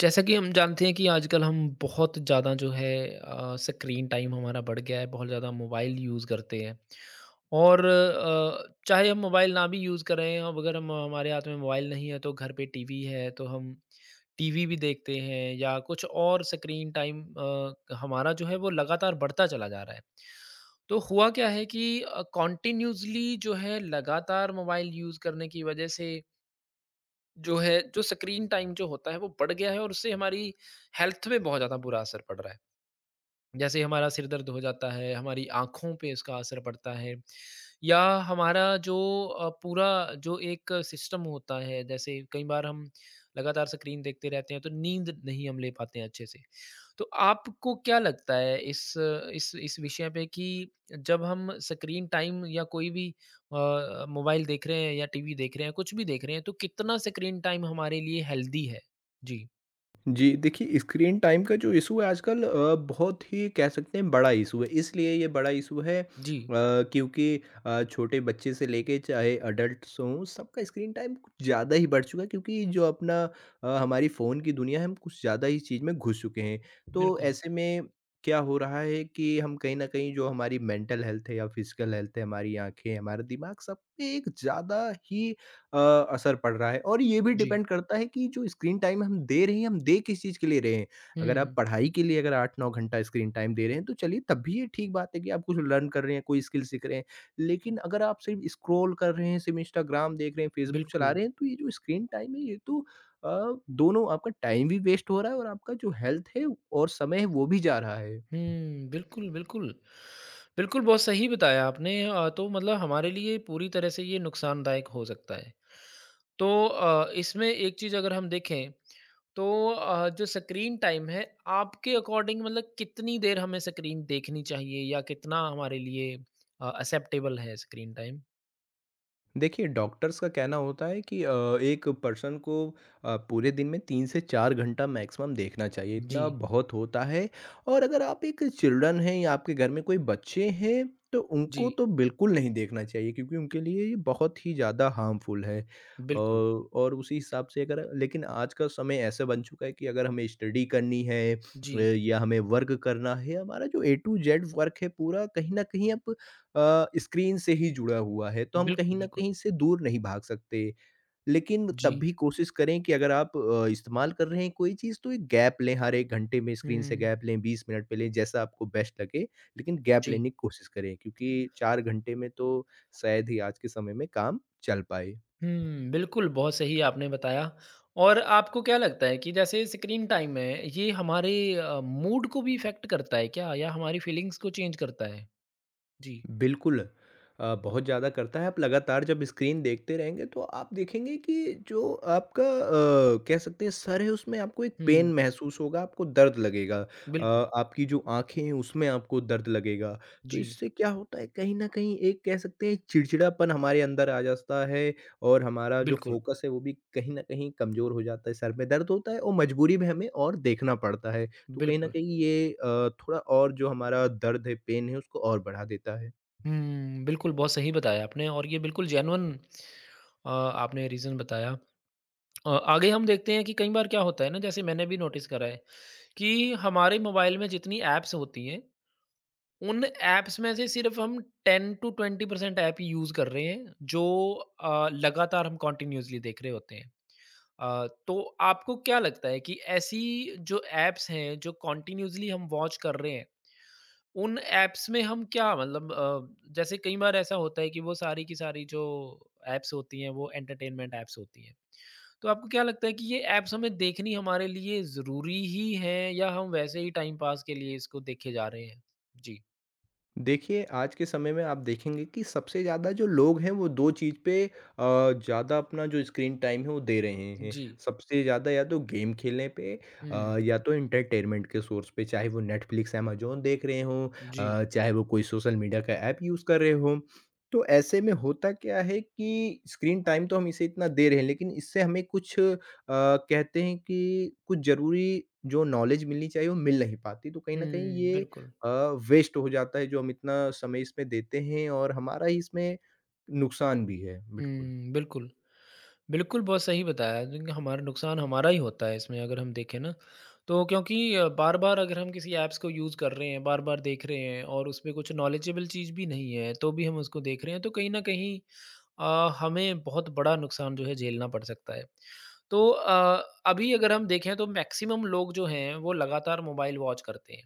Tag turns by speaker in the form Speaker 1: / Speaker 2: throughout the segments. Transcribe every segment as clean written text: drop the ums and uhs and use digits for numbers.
Speaker 1: जैसा कि हम जानते हैं कि आजकल हम बहुत ज़्यादा जो है स्क्रीन टाइम हमारा बढ़ गया है, बहुत ज़्यादा मोबाइल यूज़ करते हैं और चाहे हम मोबाइल ना भी यूज़ करें, अब अगर हम हमारे हाथ में मोबाइल नहीं है तो घर पे टीवी है, तो हम टीवी भी देखते हैं या कुछ और स्क्रीन टाइम हमारा जो है वो लगातार बढ़ता चला जा रहा है। तो हुआ क्या है कि कंटिन्यूअसली जो है लगातार मोबाइल यूज़ करने की वज़ह से जो है, जो स्क्रीन टाइम जो होता है वो बढ़ गया है और उससे हमारी हेल्थ पे बहुत ज़्यादा बुरा असर पड़ रहा है। जैसे हमारा सिर दर्द हो जाता है, हमारी आँखों पे इसका असर पड़ता है या हमारा जो पूरा जो एक सिस्टम होता है, जैसे कई बार हम लगातार स्क्रीन देखते रहते हैं, तो नींद नहीं हम ले पाते हैं अच्छे से। तो आपको क्या लगता है इस इस विषय पे कि जब हम स्क्रीन टाइम या कोई भी मोबाइल देख रहे हैं या टीवी देख रहे हैं, कुछ भी देख रहे हैं, तो कितना स्क्रीन टाइम हमारे लिए हेल्दी है? जी।
Speaker 2: जी, देखिए स्क्रीन टाइम का जो इश्यू है आजकल बहुत ही कह सकते हैं बड़ा इश्यू है। इसलिए ये बड़ा इश्यू है
Speaker 1: जी,
Speaker 2: क्योंकि छोटे बच्चे से लेके चाहे अडल्ट्स हों, सबका स्क्रीन टाइम कुछ ज़्यादा ही बढ़ चुका है क्योंकि जो अपना हमारी फ़ोन की दुनिया है, हम कुछ ज़्यादा ही चीज़ में घुस चुके हैं। तो
Speaker 1: बिल्कुल।
Speaker 2: ऐसे में क्या हो रहा है कि हम कहीं न कहीं जो हमारी मेंटल हेल्थ है या फिज़िकल हेल्थ है, हमारी आँखें, हमारा दिमाग सब पे एक ज़्यादा ही अ, असर पड़ रहा है और ये भी
Speaker 1: जी।
Speaker 2: डिपेंड करता है कि जो स्क्रीन टाइम हम दे रहे हैं, हम दे किस चीज़ के लिए रहे हैं। अगर आप
Speaker 1: हुँ,
Speaker 2: पढ़ाई के लिए अगर 8-9 घंटा स्क्रीन टाइम दे रहे हैं, तो चलिए तब भी ये ठीक बात है कि आप कुछ लर्न कर रहे हैं, कोई स्किल सीख रहे हैं। लेकिन अगर आप सिर्फ़ स्क्रॉल कर रहे हैं, सिर्फ़ इंस्टाग्राम देख रहे हैं, फेसबुक चला
Speaker 1: बिल्कुल।
Speaker 2: रहे हैं, तो ये जो स्क्रीन टाइम है, ये तो अ, दोनों आपका टाइम भी वेस्ट हो रहा है और आपका जो हेल्थ है और समय है, वो भी जा रहा है।
Speaker 1: हुँ, बिल्कुल, बिल्कुल। बिल्कुल, बहुत सही बताया आपने। तो मतलब हमारे लिए पूरी तरह से ये नुकसानदायक हो सकता है। तो इसमें एक चीज़ अगर हम देखें, तो जो स्क्रीन टाइम है, आपके अकॉर्डिंग मतलब कितनी देर हमें स्क्रीन देखनी चाहिए या कितना हमारे लिए एक्सेप्टेबल है स्क्रीन टाइम?
Speaker 2: देखिए डॉक्टर्स का कहना होता है कि एक पर्सन को पूरे दिन में 3 से 4 घंटा मैक्सिमम देखना चाहिए, इतना
Speaker 1: जी।
Speaker 2: बहुत होता है और अगर आप एक चिल्ड्रन हैं या आपके घर में कोई बच्चे हैं, तो
Speaker 1: जी,
Speaker 2: उनको तो बिल्कुल नहीं देखना चाहिए क्योंकि उनके लिए ये बहुत ही ज़्यादा हार्मफुल है।
Speaker 1: बिल्कुल।
Speaker 2: और उसी हिसाब से अगर लेकिन आज का समय ऐसा बन चुका है कि अगर हमें स्टडी करनी है
Speaker 1: जी,
Speaker 2: या हमें वर्क करना है, हमारा जो ए टू जेड वर्क है पूरा कहीं न कहीं अब स्क्रीन से ही जुड़ा हुआ है, तो हम कहीं
Speaker 1: बिल्कुल,
Speaker 2: न
Speaker 1: बिल्कुल।
Speaker 2: कहीं इससे दूर नहीं भाग सकते। लेकिन तब
Speaker 1: जी।
Speaker 2: भी कोशिश करें कि अगर आप इस्तेमाल कर रहे हैं कोई चीज़ तो एक गैप लें, हर 1 घंटे में स्क्रीन से
Speaker 1: हुँ,
Speaker 2: गैप लें, 20 मिनट पे लें, जैसा आपको बेस्ट लगे, लेकिन गैप
Speaker 1: जी।
Speaker 2: लेने की कोशिश करें क्योंकि 4 घंटे में तो शायद ही आज के समय में काम चल पाए।
Speaker 1: हुँ, बिल्कुल, बहुत सही आपने बताया। और आपको क्या लगता है कि जैसे स्क्रीन टाइम है, ये हमारे मूड को भी इफ़ेक्ट करता है क्या? या हमारी फीलिंग्स को चेंज करता है? जी।
Speaker 2: बिल्कुल बहुत ज़्यादा करता है आप लगातार जब स्क्रीन देखते रहेंगे तो आप देखेंगे कि जो आपका कह सकते हैं सर है उसमें आपको एक
Speaker 1: हुँ,
Speaker 2: पेन महसूस होगा आपको दर्द लगेगा
Speaker 1: बिल्कुल।
Speaker 2: आपकी जो आंखें हैं उसमें आपको दर्द लगेगा तो
Speaker 1: जी,
Speaker 2: इससे क्या होता है कहीं ना कहीं एक कह सकते हैं चिड़चिड़ापन हमारे अंदर आ जाता है और हमारा जो
Speaker 1: बिल्कुल,
Speaker 2: फोकस है वो भी कहीं ना कहीं कमज़ोर हो जाता है सर में दर्द होता है और मजबूरी में हमें और देखना पड़ता है तो कहीं ना
Speaker 1: बिल्कुल।
Speaker 2: कहीं ये थोड़ा और जो हमारा दर्द है पेन है उसको और बढ़ा देता है।
Speaker 1: हुँ, बिल्कुल, बहुत सही बताया आपने। और ये बिल्कुल जेन्युइन आपने रीज़न बताया। आगे हम देखते हैं कि कई बार क्या होता है ना, जैसे मैंने भी नोटिस करा है कि हमारे मोबाइल में जितनी ऐप्स होती हैं उन ऐप्स में से सिर्फ़ हम 10 टू 20% ऐप यूज़ कर रहे हैं, जो लगातार हम कंटिन्यूअसली देख रहे होते हैं। अ, तो आपको क्या लगता है कि ऐसी जो ऐप्स हैं, जो कंटिन्यूअसली हम वॉच कर रहे हैं, उन ऐप्स में हम क्या मतलब जैसे कई बार ऐसा होता है कि वो सारी की सारी जो ऐप्स होती हैं, वो एंटरटेनमेंट ऐप्स होती हैं। तो आपको क्या लगता है कि ये ऐप्स हमें देखनी हमारे लिए ज़रूरी ही हैं या हम वैसे ही टाइम पास के लिए इसको देखे जा रहे हैं? जी।
Speaker 2: देखिए, आज के समय में आप देखेंगे कि सबसे ज़्यादा जो लोग हैं, वो 2 चीज़ पे ज़्यादा अपना जो स्क्रीन टाइम है, वो दे रहे हैं।
Speaker 1: जी।
Speaker 2: सबसे ज़्यादा या तो गेम खेलने पे
Speaker 1: हुँ।
Speaker 2: या तो एंटरटेनमेंट के सोर्स पे, चाहे वो नेटफ्लिक्स, अमेज़न देख रहे हों
Speaker 1: जी।
Speaker 2: चाहे वो कोई सोशल मीडिया का ऐप यूज़ कर रहे हों। तो ऐसे में होता क्या है कि स्क्रीन टाइम तो हम इसे इतना दे रहे हैं, लेकिन इससे हमें कुछ कहते हैं कि कुछ ज़रूरी जो नॉलेज मिलनी चाहिए, वो मिल नहीं पाती। तो कहीं न कहीं
Speaker 1: हुँ,
Speaker 2: ये
Speaker 1: बिल्कुल।
Speaker 2: अ, वेस्ट हो जाता है, जो हम इतना समय इसमें देते हैं और हमारा ही इसमें नुकसान भी है, बिल्कुल।
Speaker 1: हुँ, बिल्कुल। बिल्कुल, बहुत सही बताया क्योंकि हमारा नुकसान हमारा ही होता है इसमें अगर हम देखें ना। तो क्योंकि बार-बार अगर हम किसी ऐप्स को यूज़ कर रहे हैं, बार-बार देख रहे हैं और उसमें कुछ नॉलेजेबल चीज़ भी नहीं है, तो भी हम उसको देख रहे हैं, तो कहीं न कहीं हमें बहुत बड़ा नुकसान जो है झेलना पड़ सकता है। तो अभी अगर हम देखें तो मैक्सिमम लोग जो हैं वो लगातार मोबाइल वॉच करते हैं।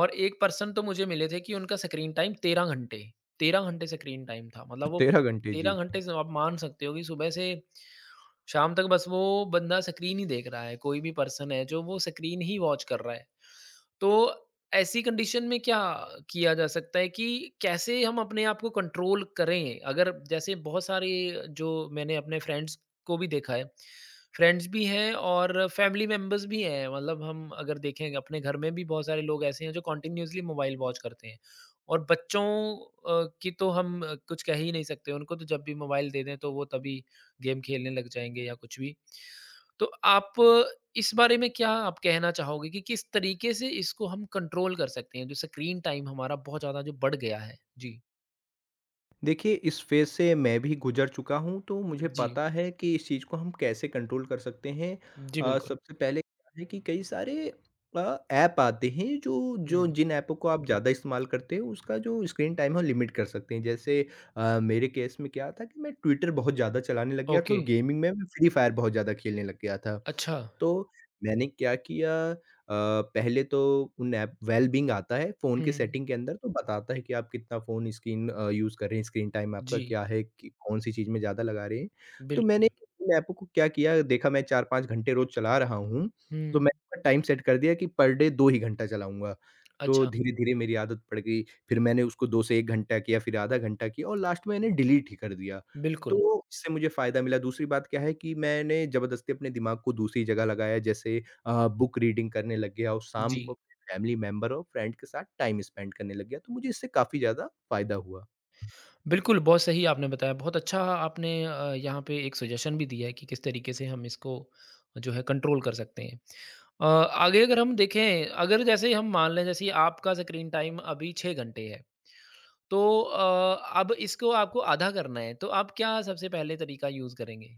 Speaker 1: और एक पर्सन तो मुझे मिले थे कि उनका स्क्रीन टाइम 13 घंटे, 13 घंटे स्क्रीन टाइम था, मतलब वो
Speaker 2: 13 घंटे, जी।
Speaker 1: 13 घंटे से आप मान सकते हो कि सुबह से शाम तक बस वो बंदा स्क्रीन ही देख रहा है, कोई भी पर्सन है जो वो स्क्रीन ही वॉच कर रहा है। तो ऐसी कंडीशन में क्या किया जा सकता है कि कैसे हम अपने आप को कंट्रोल करें? अगर जैसे बहुत सारे जो मैंने अपने फ्रेंड्स को भी देखा है, फ्रेंड्स भी हैं और फैमिली मेंबर्स भी हैं। मतलब हम अगर देखें अपने घर में भी बहुत सारे लोग ऐसे हैं जो कंटिन्यूअसली मोबाइल वॉच करते हैं और बच्चों की तो हम कुछ कह ही नहीं सकते। उनको तो जब भी मोबाइल दे दें तो वो तभी गेम खेलने लग जाएँगे या कुछ भी। तो आप इस बारे में क्या आप कहना चाहोगे कि किस तरीके से इसको हम कंट्रोल कर सकते हैं, जो स्क्रीन टाइम हमारा बहुत ज़्यादा जो बढ़ गया है? जी।
Speaker 2: देखिए, इस फ़ेज़ से मैं भी गुज़र चुका हूँ, तो मुझे
Speaker 1: जी।
Speaker 2: पता है कि इस चीज़ को हम कैसे कंट्रोल कर सकते हैं।
Speaker 1: जी, बिल्कुल।
Speaker 2: सबसे पहले क्या है कि कई सारे अ, ऐप आते हैं, जो
Speaker 1: हुँ।
Speaker 2: जो जिन ऐपों को आप ज़्यादा इस्तेमाल करते हो, उसका जो स्क्रीन टाइम है, वो लिमिट कर सकते हैं। जैसे मेरे केस में क्या था कि मैं ट्विटर बहुत ज़्यादा चलाने लग गया था
Speaker 1: ओके।
Speaker 2: और गेमिंग में मैं फ्री फायर बहुत ज़्यादा खेलने लग गया था।
Speaker 1: अच्छा।
Speaker 2: तो मैंने क्या किया, पहले तो उन ऐप वेलबीइंग आता है फ़ोन के
Speaker 1: हुँ।
Speaker 2: सेटिंग के अंदर तो बताता है कि आप कितना फ़ोन स्क्रीन यूज़ कर रहे हैं, स्क्रीन टाइम आपका
Speaker 1: जी,
Speaker 2: क्या है, कि कौन-सी चीज़ में ज़्यादा लगा रहे हैं। तो मैंने
Speaker 1: बिल्कुल।
Speaker 2: उन ऐपों को क्या किया, देखा मैं 4-5 घंटे रोज़ चला रहा हूँ, तो
Speaker 1: हुँ,
Speaker 2: मैंने टाइम सेट कर दिया कि पर डे 2 ही घंटा चलाऊँगा। तो
Speaker 1: अच्छा,
Speaker 2: धीरे-धीरे मेरी आदत पड़ गई, फिर मैंने उसको 2 से 1 घंटा किया, फिर आधा घंटा किया और लास्ट में मैंने डिलीट ही कर दिया। तो
Speaker 1: बिल्कुल।
Speaker 2: इससे मुझे फ़ायदा मिला, दूसरी बात क्या है कि मैंने ज़बरदस्ती अपने दिमाग को दूसरी जगह लगाया, जैसे बुक रीडिंग करने लग गया और शाम
Speaker 1: जी।
Speaker 2: को अपने फैमिली मेंबर और फ्रेंड के साथ टाइम स्पेंड करने लग गया, तो मुझे इससे काफ़ी ज़्यादा फ़ायदा हुआ।
Speaker 1: बिल्कुल, बहुत सही आपने बताया। बहुत अच्छा आपने यहाँ पे एक सजेशन भी दिया है कि किस तरीके से हम इसको जो है कंट्रोल कर सकते हैं। आगे अगर हम देखें, अगर जैसे हम मान लें जैसे आपका स्क्रीन टाइम अभी 6 घंटे है। तो अब इसको आपको आधा करना है, तो आप क्या सबसे पहले तरीका यूज़ करेंगे?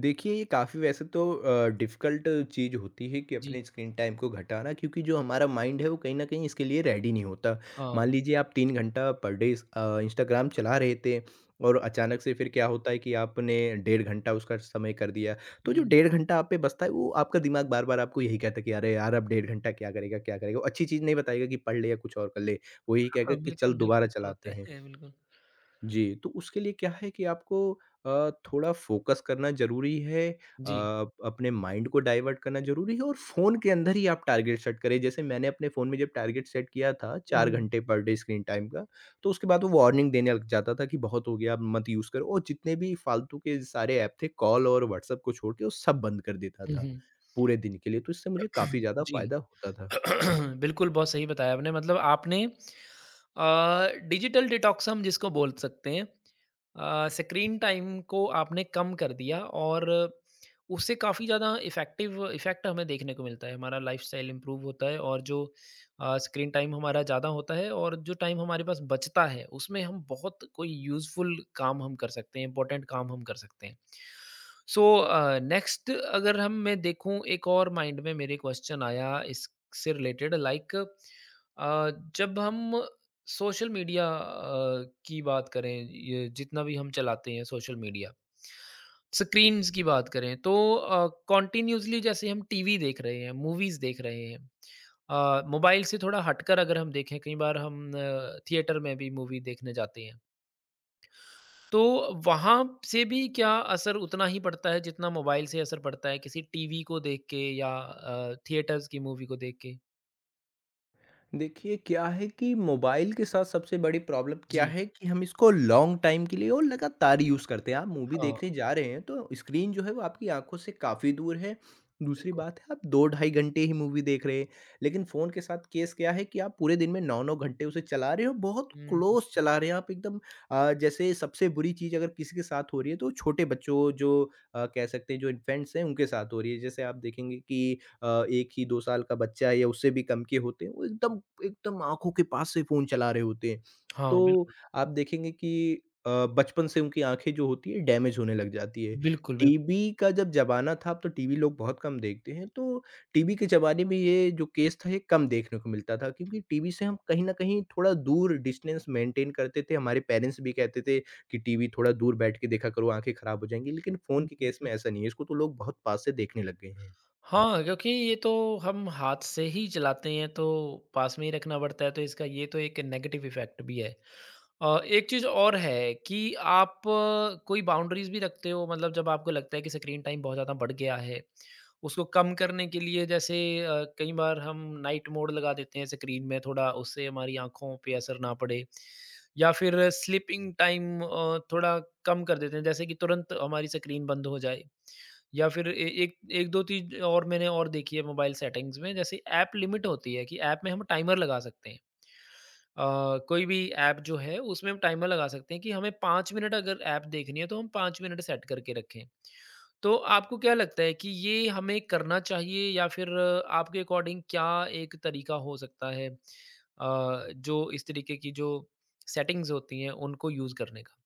Speaker 2: देखिए, ये काफ़ी वैसे तो डिफ़िकल्ट चीज़ होती है कि
Speaker 1: जी,
Speaker 2: अपने स्क्रीन टाइम को घटाना क्योंकि जो हमारा माइंड है वो कहीं न कहीं इसके लिए रेडी नहीं होता।
Speaker 1: हाँ।
Speaker 2: मान लीजिए आप 3 घंटा पर डे इस इंस्टाग्राम चला रहे थे और अचानक से फिर
Speaker 1: जी।
Speaker 2: क्या होता है कि आपने डेढ़ घंटा उसका समय कर दिया। तो जो
Speaker 1: हुँ,
Speaker 2: डेढ़ घंटा आप पे बचता है वो आपका दिमाग बार-बार आपको यही कहता है कि अरे यार! अब डेढ़ घंटा क्या करेगा, क्या करेगा? वो अच्छी चीज़ नहीं बताएगा कि पढ़ ले या कुछ और कर ले। वो यही कहेगा
Speaker 1: हाँ,
Speaker 2: कि चल
Speaker 1: बिल्कुल,
Speaker 2: दोबारा
Speaker 1: बिल्कुल ऐसा
Speaker 2: चलाते
Speaker 1: होता
Speaker 2: हैं।
Speaker 1: है, बिल्कुल।
Speaker 2: जी, तो उसके लिए क्या है कि आपको थोड़ा फ़ोकस करना ज़रूरी है।
Speaker 1: जी।
Speaker 2: अपने माइंड को डाइवर्ट करना ज़रूरी है और फ़ोन के अंदर ही आप टारगेट सेट करें। जैसे मैंने अपने फ़ोन में जब टारगेट सेट किया था
Speaker 1: हुँ,
Speaker 2: 4
Speaker 1: हुँ।
Speaker 2: घंटे पर डे स्क्रीन टाइम का, तो उसके बाद वो वार्निंग देने लग जाता था कि बहुत हो गया, अब मत यूज़ करो और जितने भी फ़ालतू के सारे ऐप थे, कॉल और व्हाट्सएप को छोड़ के वो सब बंद कर देता
Speaker 1: हुँ,
Speaker 2: था,
Speaker 1: हुँ।
Speaker 2: पूरे दिन के लिए। तो इससे मुझे काफ़ी ज़्यादा
Speaker 1: जी।
Speaker 2: फ़ायदा होता था।
Speaker 1: बिल्कुल, बहुत सही बताया आपने, मतलब आपने डिजिटल डिटॉक्स हम जिसको बोल सकते हैं, स्क्रीन टाइम को आपने कम कर दिया और उससे काफ़ी ज़्यादा इफ़ेक्टिव इफ़ेक्ट हमें देखने को मिलता है। हमारा लाइफ़स्टाइल इम्प्रूव होता है और जो स्क्रीन टाइम हमारा ज़्यादा होता है और जो टाइम हमारे पास बचता है उसमें हम बहुत कोई यूज़फुल काम हम कर सकते हैं, इम्पोर्टेंट काम हम कर सकते हैं। सो नेक्स्ट अगर हम मैं देखूं एक और माइंड में मेरे क्वेश्चन आया इससे रिलेटेड लाइक जब हम सोशल मीडिया की बात करें ये जितना भी हम चलाते हैं सोशल मीडिया स्क्रीन्स की बात करें, तो कॉन्टिन्यूसली जैसे हम टीवी देख रहे हैं, मूवीज देख रहे हैं, मोबाइल से थोड़ा हटकर अगर हम देखें कई बार हम थिएटर में भी मूवी देखने जाते हैं, तो वहाँ से भी क्या असर उतना ही पड़ता है जितना मोबाइल से असर पड़ता है किसी टीवी को देख के या थिएटर्स की मूवी को देख के?
Speaker 2: देखिए क्या है कि मोबाइल के साथ सबसे बड़ी प्रॉब्लम क्या
Speaker 1: जी,
Speaker 2: है कि हम इसको लॉन्ग टाइम के लिए और लगातार यूज़ करते हैं। आप मूवी
Speaker 1: हाँ,
Speaker 2: देखने जा रहे हैं तो स्क्रीन जो है वो आपकी आंखों से काफ़ी दूर है, दूसरी
Speaker 1: बिल्कुल।
Speaker 2: बात है आप दो ढाई घंटे ही मूवी देख रहे हैं। लेकिन फ़ोन के साथ केस क्या है कि आप पूरे दिन में नौ नौ घंटे उसे चला रहे हो, बहुत
Speaker 1: हुँ,
Speaker 2: क्लोज
Speaker 1: हुँ।
Speaker 2: चला रहे हैं आप एकदम, जैसे सबसे बुरी चीज़ अगर किसी के साथ हो रही है तो छोटे बच्चों जो कह सकते हैं जो इन्फेंट्स हैं उनके साथ हो रही है। जैसे आप देखेंगे कि अ, 1 ही 2 साल का बच्चा है या उससे भी कम के होते हैं, वो एकदम एकदम आँखों के पास से फ़ोन चला रहे होते हैं।
Speaker 1: हाँ,
Speaker 2: तो
Speaker 1: बिल्कुल।
Speaker 2: आप देखेंगे कि अ, बचपन से उनकी आँखें जो होती हैं डैमेज होने लग जाती है।
Speaker 1: बिल्कुल, बिल्कुल।
Speaker 2: टीवी का जब ज़माना था, अब तो टीवी लोग बहुत कम देखते हैं, तो टीवी के ज़माने में ये जो केस था ये कम देखने को मिलता था क्योंकि टीवी से हम कहीं न कहीं थोड़ा दूर डिस्टेंस मेंटेन करते थे। हमारे पेरेंट्स भी कहते थे कि टीवी थोड़ा दूर बैठ के देखा करो, आँखें खराब हो जाएँगी, लेकिन फ़ोन
Speaker 1: हुँ,
Speaker 2: के
Speaker 1: हुँ,
Speaker 2: केस में
Speaker 1: हुँ।
Speaker 2: ऐसा नहीं है, इसको तो लोग बहुत पास से देखने लग गए हैं।
Speaker 1: हाँ, क्योंकि ये तो हम हाथ से ही चलाते हैं तो पास में ही रखना पड़ता है तो इसका ये तो एक नेगेटिव इफ़ेक्ट भी है। एक चीज़ और है कि आप कोई बाउंड्रीज़ भी रखते हो, मतलब जब आपको लगता है कि स्क्रीन टाइम बहुत ज़्यादा बढ़ गया है, उसको कम करने के लिए जैसे कई बार हम नाइट मोड लगा देते हैं स्क्रीन में, थोड़ा उससे हमारी आँखों पे असर ना पड़े या फिर स्लीपिंग टाइम थोड़ा कम कर देते हैं जैसे कि तुरंत हमारी स्क्रीन बंद हो जाए या फिर ए एक 1-2 चीज़ और मैंने और देखी है मोबाइल सेटिंग्स में, जैसे ऐप लिमिट होती है कि ऐप में हम टाइमर लगा सकते हैं। कोई भी ऐप जो है उसमें हम टाइमर लगा सकते हैं कि हमें 5 मिनट अगर ऐप देखनी है तो हम 5 मिनट सेट करके रखें। तो आपको क्या लगता है कि ये हमें करना चाहिए या फिर आपके अकॉर्डिंग क्या एक तरीका हो सकता है, जो इस तरीके की जो सेटिंग्स होती हैं उनको यूज़ करने का?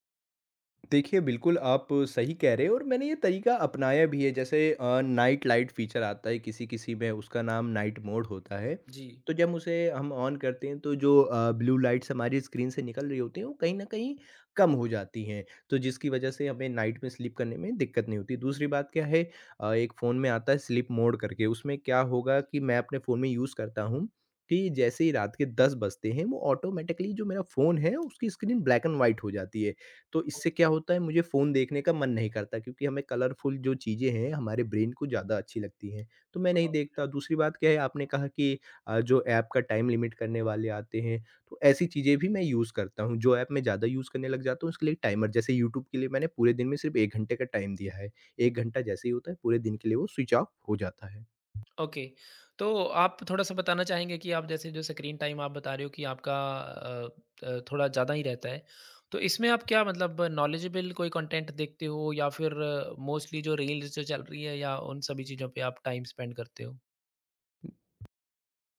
Speaker 2: देखिए, बिल्कुल आप सही कह रहे हैं और मैंने ये तरीका अपनाया भी है। जैसे नाइट लाइट फ़ीचर आता है किसी-किसी में, उसका नाम नाइट मोड होता है।
Speaker 1: जी।
Speaker 2: तो जब उसे हम ऑन करते हैं तो जो ब्लू लाइट्स हमारी स्क्रीन से निकल रही होती हैं वो कहीं न कहीं कम हो जाती हैं। तो जिसकी वज़ह से हमें नाइट में स्लीप करने में दिक्कत नहीं होती। दूसरी बात क्या है, एक फ़ोन में आता है स्लीप मोड करके, उसमें क्या होगा कि
Speaker 1: जी।
Speaker 2: मैं अपने फ़ोन में यूज़ करता हूँ कि जैसे ही रात के 10 बजते हैं वो ऑटोमैटिकली जो मेरा फ़ोन है उसकी स्क्रीन ब्लैक एंड व्हाइट हो जाती है। तो इससे क्या
Speaker 1: ओके,
Speaker 2: होता है मुझे फ़ोन देखने का मन नहीं करता क्योंकि हमें कलरफुल जो चीज़ें हैं हमारे ब्रेन को ज़्यादा अच्छी लगती हैं, तो मैं नहीं देखता।
Speaker 1: हाँ।
Speaker 2: दूसरी बात क्या है आपने कहा कि जो ऐप का टाइम लिमिट करने वाले आते हैं, तो ऐसी चीज़ें भी मैं यूज़ करता हूँ। जो ऐप मैं ज़्यादा यूज़ करने लग जाता हूँ उसके लिए टाइमर, जैसे यूट्यूब के लिए मैंने पूरे दिन में सिर्फ़ 1 घंटे का टाइम दिया है। 1 घंटा जैसे ही होता है पूरे दिन के लिए वो स्विच ऑफ हो जाता है।
Speaker 1: ओके। तो आप थोड़ा-सा बताना चाहेंगे कि आप जैसे जो स्क्रीन टाइम आप बता रहे हो कि आपका थोड़ा ज़्यादा ही रहता है। तो इसमें आप क्या मतलब नॉलेजेबल कोई कंटेंट देखते हो या फिर मोस्टली जो रील्स जो चल रही है या उन सभी चीज़ों पे आप टाइम स्पेंड करते हो?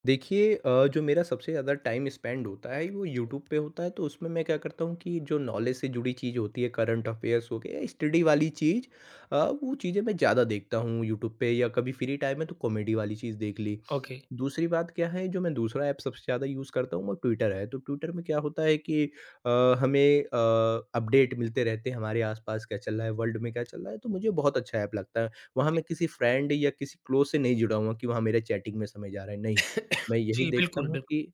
Speaker 2: देखिए जो मेरा सबसे ज़्यादा टाइम स्पेंड होता है वो यूट्यूब पे होता है तो उसमें मैं क्या करता हूँ कि जो नॉलेज से जुड़ी चीज़ होती है, करंट अफेयर्स हो गया, स्टडी वाली चीज़, अ, वो चीज़ें मैं ज़्यादा देखता हूँ यूट्यूब पे या कभी फ्री टाइम है तो कॉमेडी वाली चीज़ देख ली।
Speaker 1: ओके।
Speaker 2: दूसरी बात क्या है, जो मैं दूसरा ऐप सबसे ज़्यादा यूज़ करता हूँ वो ट्विटर है, तो ट्विटर में क्या होता है कि अ, हमें अपडेट मिलते रहते हैं हमारे आसपास क्या चल रहा है, वर्ल्ड में क्या चल रहा है, तो मुझे बहुत अच्छा ऐप लगता है। वहाँ
Speaker 1: जी।
Speaker 2: मैं किसी फ्रेंड या किसी क्लोज से नहीं जुड़ा हुआ कि वहाँ मेरे चैटिंग में समय जा रहा है, नहीं, मैं यही
Speaker 1: जी,
Speaker 2: देखता
Speaker 1: बिल्कुल,
Speaker 2: हूँ
Speaker 1: बिल्कुल।
Speaker 2: कि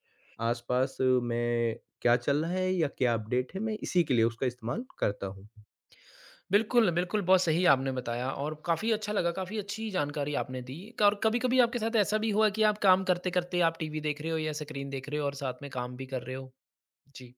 Speaker 2: आस-पास में क्या चल रहा है या क्या अपडेट है, मैं इसी के लिए उसका इस्तेमाल करता हूँ।
Speaker 1: बिल्कुल, बिल्कुल, बहुत सही आपने बताया और काफ़ी अच्छा लगा, काफ़ी अच्छी जानकारी आपने दी। और कभी-कभी आपके साथ ऐसा भी हुआ कि आप काम करते-करते आप टीवी देख रहे हो या स्क्रीन देख रहे हो और साथ में काम भी कर रहे हो? जी।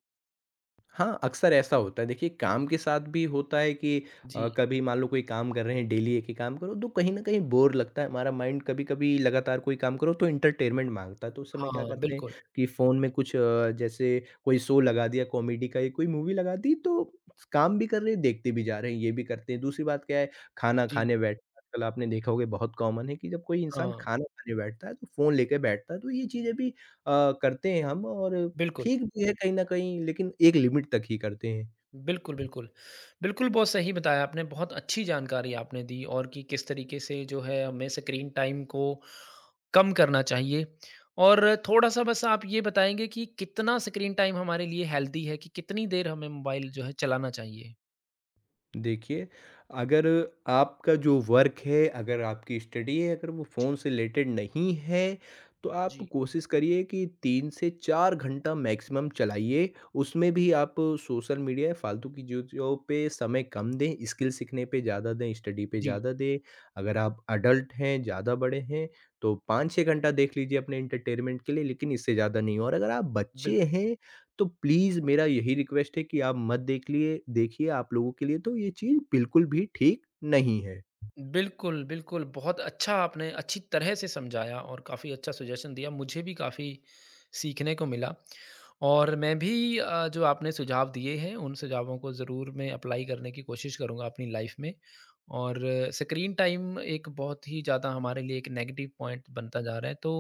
Speaker 2: हाँ, अक्सर ऐसा होता है। देखिए, काम के साथ भी होता है कि
Speaker 1: जी।
Speaker 2: कभी मान लो कोई काम कर रहे हैं, डेली एक ही काम करो, तो कहीं न कहीं बोर लगता है। हमारा माइंड कभी-कभी लगातार कोई काम करो तो एंटरटेनमेंट माँगता है, तो उस समय क्या
Speaker 1: हाँ,
Speaker 2: करते हैं
Speaker 1: बिल्कुल।
Speaker 2: कि फ़ोन में कुछ, जैसे कोई शो लगा दिया, कॉमेडी का या कोई मूवी लगा दी, तो काम भी कर रहे हैं, देखते भी जा रहे हैं, ये भी करते हैं। दूसरी बात क्या है, खाना
Speaker 1: जी,
Speaker 2: खाने बैठ, आजकल आपने देखा होगा बहुत कॉमन है कि जब कोई इंसान
Speaker 1: हाँ,
Speaker 2: खाना खाने बैठता है, तो फ़ोन लेके बैठता है, तो ये चीज़ें भी करते हैं हम और
Speaker 1: बिल्कुल।
Speaker 2: ठीक भी है कहीं न कहीं, लेकिन एक लिमिट तक ही करते हैं।
Speaker 1: बिल्कुल, बिल्कुल। बिल्कुल, बहुत सही बताया आपने, बहुत अच्छी जानकारी आपने दी और कि किस तरीके से जो है हमें स्क्रीन टाइम को कम करना चाहिए। और थोड़ा-सा बस आप ये बताएँगे कि कितना स्क्रीन टाइम हमारे लिए हेल्दी है, कि कितनी देर हमें मोबाइल जो है चलाना चाहिए?
Speaker 2: देखिए, अगर आपका जो वर्क है, अगर आपकी स्टडी है, अगर वो
Speaker 1: जी,
Speaker 2: फ़ोन से रिलेटेड नहीं है, तो आप
Speaker 1: जी,
Speaker 2: कोशिश करिए कि 3 से 4 घंटा मैक्सिमम चलाइए। उसमें भी आप सोशल मीडिया या फ़ालतू की चीज़ों पे समय कम दें, स्किल सीखने पे ज़्यादा दें, स्टडी पे
Speaker 1: जी,
Speaker 2: ज़्यादा दें। अगर आप एडल्ट हैं, ज़्यादा बड़े हैं, तो 5-6 घंटा देख लीजिए अपने एंटरटेनमेंट के लिए, लेकिन इससे ज़्यादा नहीं, और अगर आप बच्चे
Speaker 1: बिल्कुल।
Speaker 2: हैं तो प्लीज़ मेरा यही रिक्वेस्ट है कि आप मत देख लिए, देखिए आप लोगों के लिए तो ये चीज़ बिल्कुल भी ठीक नहीं है।
Speaker 1: बिल्कुल, बिल्कुल। बहुत अच्छा आपने अच्छी तरह से समझाया और काफ़ी अच्छा सजेशन दिया। मुझे भी काफ़ी सीखने को मिला और मैं भी जो आपने सुझाव दिए हैं, उन सुझावों को ज़रूर मैं अप्लाई करने की कोशिश करूँगा अपनी लाइफ़ में। और स्क्रीन टाइम एक बहुत ही ज़्यादा हमारे लिए एक नेगेटिव पॉइंट बनता जा रहा है। तो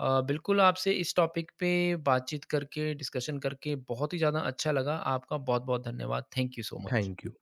Speaker 1: बिल्कुल आपसे इस टॉपिक पे बातचीत करके, डिस्कशन करके बहुत ही ज़्यादा अच्छा लगा। आपका बहुत-बहुत धन्यवाद। Thank you so much.
Speaker 2: Thank you.